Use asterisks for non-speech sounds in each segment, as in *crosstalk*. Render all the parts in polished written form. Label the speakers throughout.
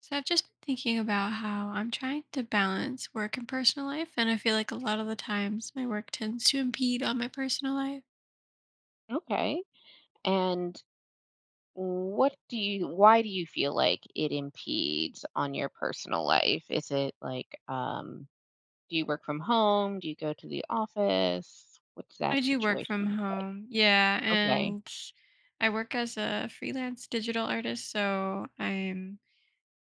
Speaker 1: So I've just been thinking about how I'm trying to balance work and personal life, and I feel like a lot of the times my work tends to impede on my personal life.
Speaker 2: Okay. And why do you feel like it impedes on your personal life? Is it like, do you work from home? Do you go to the office? What's
Speaker 1: I
Speaker 2: that
Speaker 1: do work
Speaker 2: situation
Speaker 1: from
Speaker 2: look like?
Speaker 1: home. Yeah.
Speaker 2: Okay.
Speaker 1: And I work as a freelance digital artist, so I'm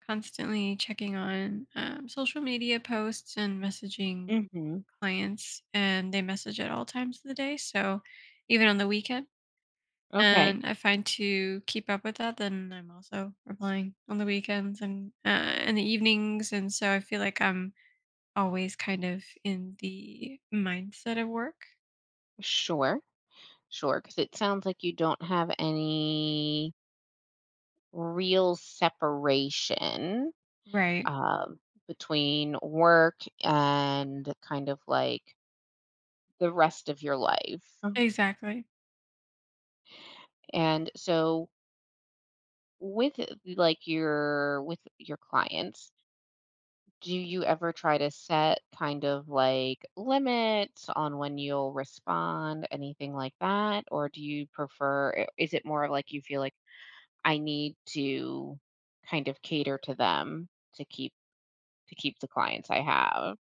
Speaker 1: constantly checking on social media posts and messaging
Speaker 2: Mm-hmm.
Speaker 1: clients, and they message at all times of the day, so even on the weekend.
Speaker 2: Okay.
Speaker 1: And I find to keep up with that, then I'm also replying on the weekends and in the evenings, and so I feel like I'm always kind of in the mindset of work.
Speaker 2: Sure. Sure. Because it sounds like you don't have any real separation,
Speaker 1: Right.
Speaker 2: um, between work and kind of like the rest of your life.
Speaker 1: Exactly.
Speaker 2: And so, with like your with your clients, do you ever try to set kind of like limits on when you'll respond, anything like that? Or do you prefer, is it more of like you feel like I need to kind of cater to them to keep, to keep the clients I have?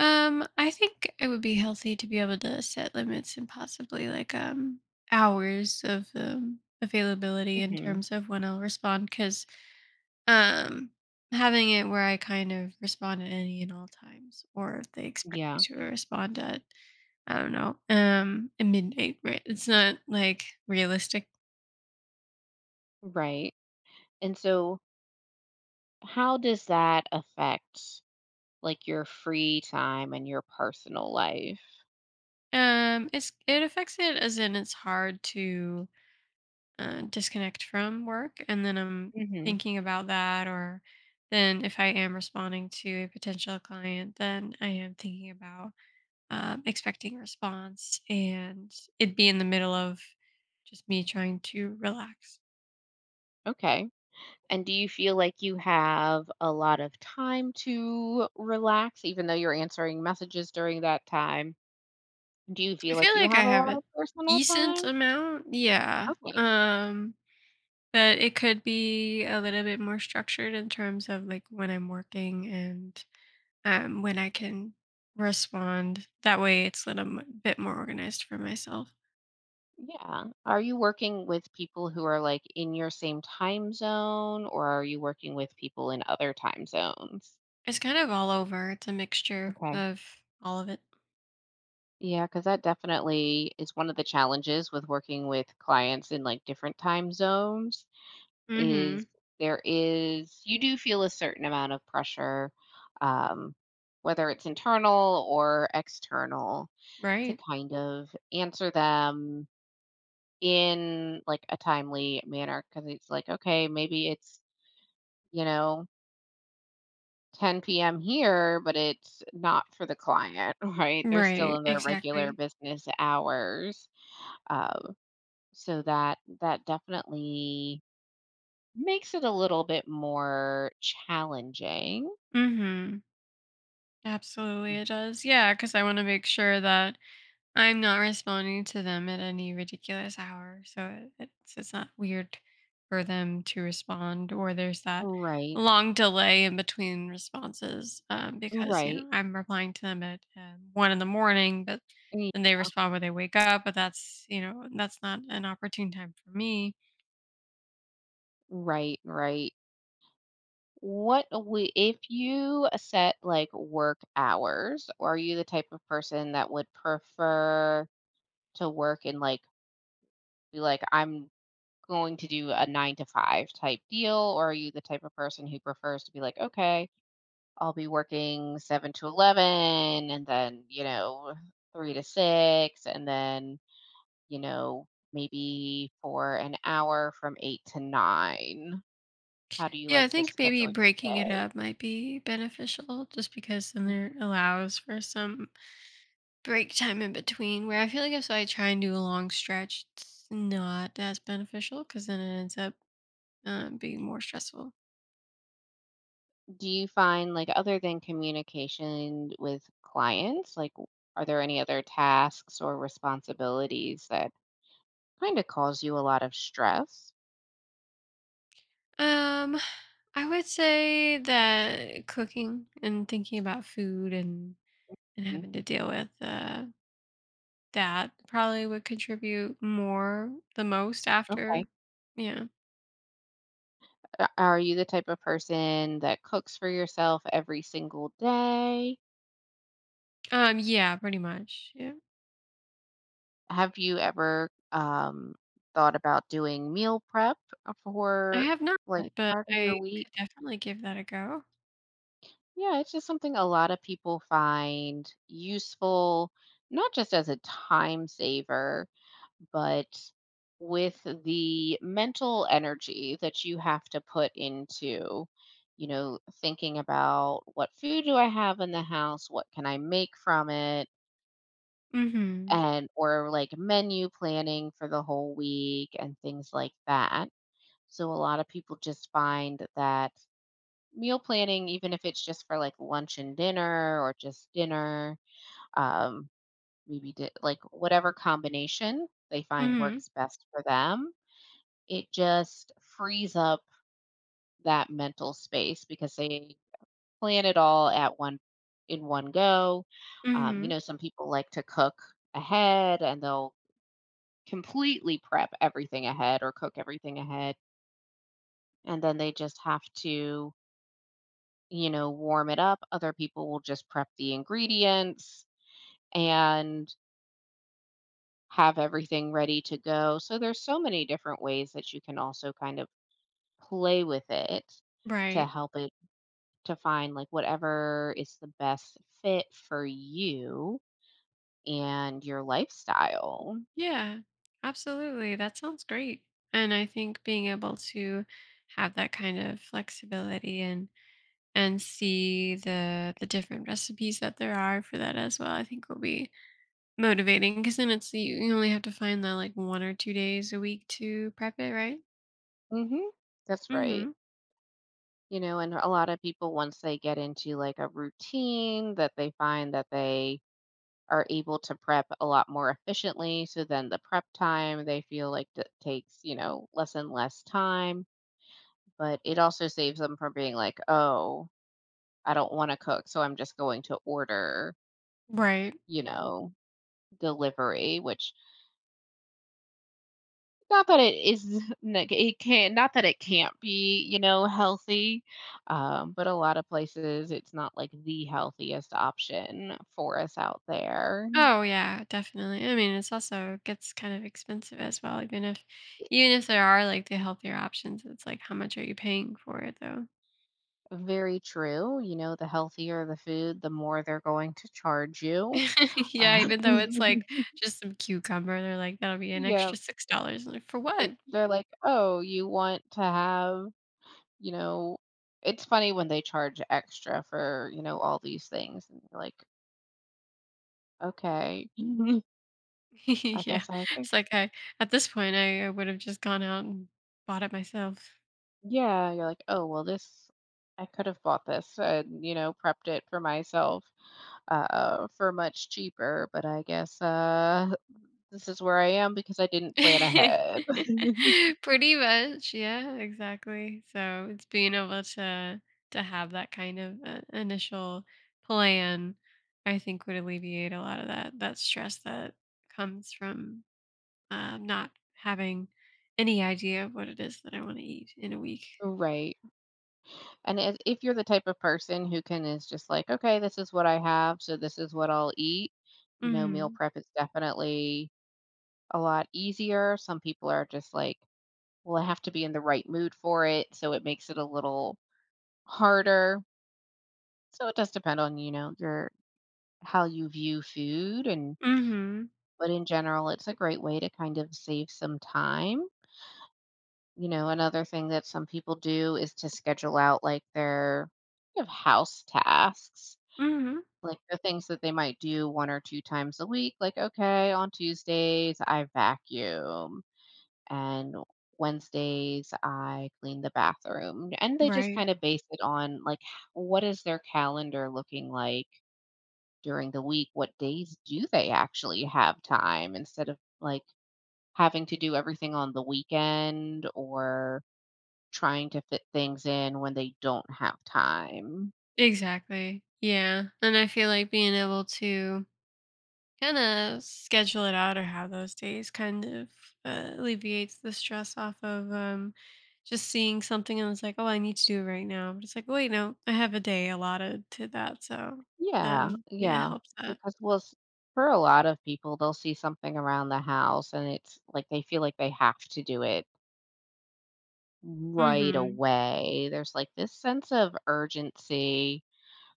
Speaker 1: I think it would be healthy to be able to set limits and possibly like hours of availability in
Speaker 2: Hmm.
Speaker 1: terms of when I'll respond. Because um having it where I kind of respond at any and all times, or if they expect you
Speaker 2: Yeah.
Speaker 1: to respond at, I don't know, at midnight, right? It's not like realistic.
Speaker 2: Right. And so, how does that affect like your free time and your personal life?
Speaker 1: It affects it as in it's hard to disconnect from work, and then I'm
Speaker 2: Hmm.
Speaker 1: thinking about that. Or then if I am responding to a potential client, then I am thinking about, expecting a response, and it'd be in the middle of just me trying to relax.
Speaker 2: Okay. And do you feel like you have a lot of time to relax, even though you're answering messages during that time? Do you
Speaker 1: I
Speaker 2: feel like
Speaker 1: feel
Speaker 2: you
Speaker 1: like
Speaker 2: have
Speaker 1: I
Speaker 2: a
Speaker 1: have
Speaker 2: lot
Speaker 1: a
Speaker 2: of personal
Speaker 1: decent
Speaker 2: time?
Speaker 1: amount, yeah.
Speaker 2: Okay.
Speaker 1: But it could be a little bit more structured in terms of like when I'm working and when I can respond. That way, it's a little bit more organized for myself.
Speaker 2: Yeah. Are you working with people who are like in your same time zone, or are you working with people in other time zones?
Speaker 1: It's kind of all over. It's a mixture
Speaker 2: Okay.
Speaker 1: of all of it.
Speaker 2: Yeah, because that definitely is one of the challenges with working with clients in like different time zones.
Speaker 1: Mm-hmm.
Speaker 2: Is there, is you do feel a certain amount of pressure, um, whether it's internal or external, to
Speaker 1: Right.
Speaker 2: kind of answer them in like a timely manner, because it's like, okay, maybe it's, you know, 10 p.m. here, but it's not for the client, *laughs* right? They're still
Speaker 1: Right.
Speaker 2: in their regular
Speaker 1: Exactly.
Speaker 2: business hours. Um, so that that definitely makes it a little bit more challenging.
Speaker 1: Mm-hmm. Absolutely, it does. Yeah, because I want to make sure that I'm not responding to them at any ridiculous hour, so it's not weird for them to respond, or there's that
Speaker 2: Right,
Speaker 1: long delay in between responses, because, you
Speaker 2: right,
Speaker 1: know, I'm replying to them at, 1 in the morning, but
Speaker 2: y
Speaker 1: then they respond when they wake up, but that's, you know, that's not an opportune time for me.
Speaker 2: right, right. What we If you set, like, work hours, are you the type of person that would prefer to work in like, be like, "I'm going to do a 9 to 5 type deal," or are you the type of person who prefers to be like, "Okay, I'll be working 7 to 11 and then, you know, 3 to 6 and then, you know, maybe for an hour from 8 to 9?" How do you
Speaker 1: Yeah, I
Speaker 2: like to
Speaker 1: think maybe
Speaker 2: schedule your
Speaker 1: breaking it
Speaker 2: day?
Speaker 1: up might be beneficial just because then there
Speaker 2: Mhm.
Speaker 1: allows for some break time in between. Where I feel like if I try and do a long stretch, it's not as beneficial because then it ends up being more stressful.
Speaker 2: Do you find, like, other than communication with clients, like, w are there any other tasks or responsibilities that kinda cause you a lot of stress?
Speaker 1: Um, I would say that cooking and thinking about food and
Speaker 2: Mm,
Speaker 1: having to deal with that probably would contribute more the most
Speaker 2: okay.
Speaker 1: after. Yeah.
Speaker 2: A Are you the type of person that cooks for yourself every single day?
Speaker 1: Yeah. Pretty much. Yeah.
Speaker 2: Have you ever, thought about doing meal prep,
Speaker 1: I
Speaker 2: for,
Speaker 1: have not,
Speaker 2: like,
Speaker 1: but
Speaker 2: part of your
Speaker 1: I could
Speaker 2: week?
Speaker 1: definitely give that a go.
Speaker 2: Yeah, it's just something a lot of people find useful, not just as a time saver, but with the mental energy that you have to put into, you know, thinking about what food do I have in the house? What can I make from it?
Speaker 1: Mm-hmm.
Speaker 2: And, or like menu planning for the whole week and things like that. So a lot of people just find that meal planning, even if it's just for like lunch and dinner or just dinner, um, like whatever combination they find
Speaker 1: Mm-hmm.
Speaker 2: works best for them, it just frees up that mental space because they plan it all at one in one go. You
Speaker 1: Mm-hmm.
Speaker 2: know, some people like to cook ahead, and they'll completely prep everything ahead or cook everything ahead. And then they just have to, you know, warm it up. Other people will just prep the ingredients and have everything ready to go. So there's so many different ways that you can also kind of play with it to
Speaker 1: Right.
Speaker 2: help it, to find like whatever is the best fit for you and your lifestyle.
Speaker 1: Yeah, absolutely. That sounds great. And I think being able to have that kind of flexibility and see the different recipes that there are for that as well, I think will be motivating, because then it's you you only have to find that like 1 or 2 days a week to prep it, right?
Speaker 2: Mhm. That's right.
Speaker 1: Mm-hmm.
Speaker 2: You know, and a lot of people, once they get into like a routine, that they find that they are able to prep a lot more efficiently. So then the prep time, they feel like it takes, you know, less and less time. But it also saves them from being like, oh, I don't want to cook, so I'm just going to order,
Speaker 1: Right.
Speaker 2: you know, delivery, which, not that it is, *laughs* it can, not that it can't be, you know, healthy. But a lot of places, it's not like the healthiest option for us out there.
Speaker 1: Oh yeah, definitely. I mean, it's also gets kind of expensive as well. Even if, even if there are like the healthier options, it's like how much are you paying for it though?
Speaker 2: Very true. You know, the healthier the food, the more they're going to charge you.
Speaker 1: *laughs* Yeah,
Speaker 2: Uh,
Speaker 1: even though it's like
Speaker 2: *laughs*
Speaker 1: just some cucumber, they're like, "That'll be an
Speaker 2: yeah,
Speaker 1: extra $6." I'm like, "For
Speaker 2: like,
Speaker 1: what?"
Speaker 2: they're like, oh, you want to have, you know, it's funny when they charge extra for, you know, all these things. And you're like, okay, *laughs* I
Speaker 1: *laughs* Yeah.
Speaker 2: guess I could.
Speaker 1: It's like I At this point, I would've just gone out and bought it myself.
Speaker 2: Yeah, you're like, oh, well, I could have bought this and, you know, prepped it for myself, for much cheaper, but I guess, this is where I am because I didn't plan ahead. *laughs*
Speaker 1: *laughs* Pretty much, yeah, exactly. So it's being able to have that kind of a initial plan, I think, would alleviate a lot of that stress that comes from, not having any idea of what it is that I wanna eat in a week.
Speaker 2: Right. And if you're the type of person who can is just like, "Okay, this is what I have, so this is what I'll eat," you know, meal
Speaker 1: Mhm.
Speaker 2: prep is definitely a lot easier. Some people are just like, "Well, I have to be in the right mood for it," so it makes it a little harder. So it does depend on, you know, your how you view food. And
Speaker 1: Mhm.
Speaker 2: but in general, it's a great way to kind of save some time. You know, another thing that some people do is to schedule out, like, their kind of house tasks,
Speaker 1: Mhm.
Speaker 2: like, the things that they might do 1 or 2 times a week, like, "Okay, on Tuesdays, I vacuum, and Wednesdays, I clean the bathroom," and they just
Speaker 1: Right.
Speaker 2: kinda base it on, like, h what is their calendar looking like during the week? What days do they actually have time, instead of, like, having to do everything on the weekend or trying to fit things in when they don't have time.
Speaker 1: Exactly. Yeah. And I feel like being able to kind of schedule it out or have those days kind of alleviates the stress off of just seeing something and it's like, oh, I need to do it right now. But it's like, wait, no, I have a day allotted to that. So
Speaker 2: Yeah,
Speaker 1: then, yeah, it
Speaker 2: yeah,
Speaker 1: helps that.
Speaker 2: because, well, s for a lot of people, they'll see something around the house, and it's like they feel like they have to do it right
Speaker 1: Hmm.
Speaker 2: away. There's, like, this sense of urgency,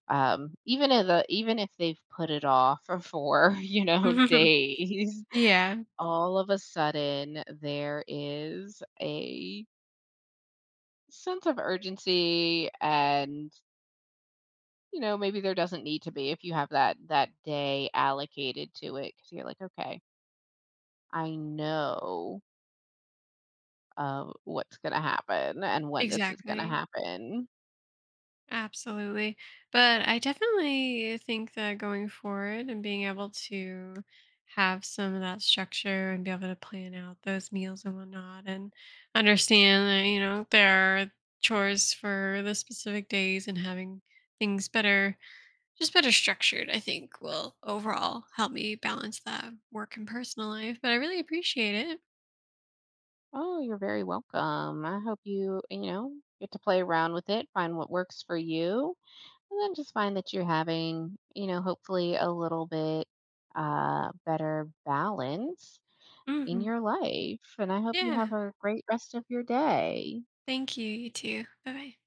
Speaker 2: even if the even if they've put it off *laughs* for, you know,
Speaker 1: *laughs*
Speaker 2: days,
Speaker 1: Yeah,
Speaker 2: all of a sudden, there is a sense of urgency. And you know, maybe there doesn't need to be if you have that that day allocated to it, because 'cause you're like, "Okay, I know, what's gonna happen and when this is gonna
Speaker 1: exactly.
Speaker 2: happen."
Speaker 1: Absolutely. But I definitely think that going forward and being able to have some of that structure and be able to plan out those meals and whatnot, and understand that, you know, there are chores for the specific days, and having things better, just better structured, I think will overall help me balance that work and personal life. But I really appreciate it.
Speaker 2: Oh, you're very welcome. I hope you, you know, get to play around with it, find what works for you, and then just find that you're having, you know, hopefully a little bit, better balance in
Speaker 1: Hmm.
Speaker 2: your life, and I hope you
Speaker 1: Yeah.
Speaker 2: have a great rest of your day.
Speaker 1: Thank you. You too. Bye bye.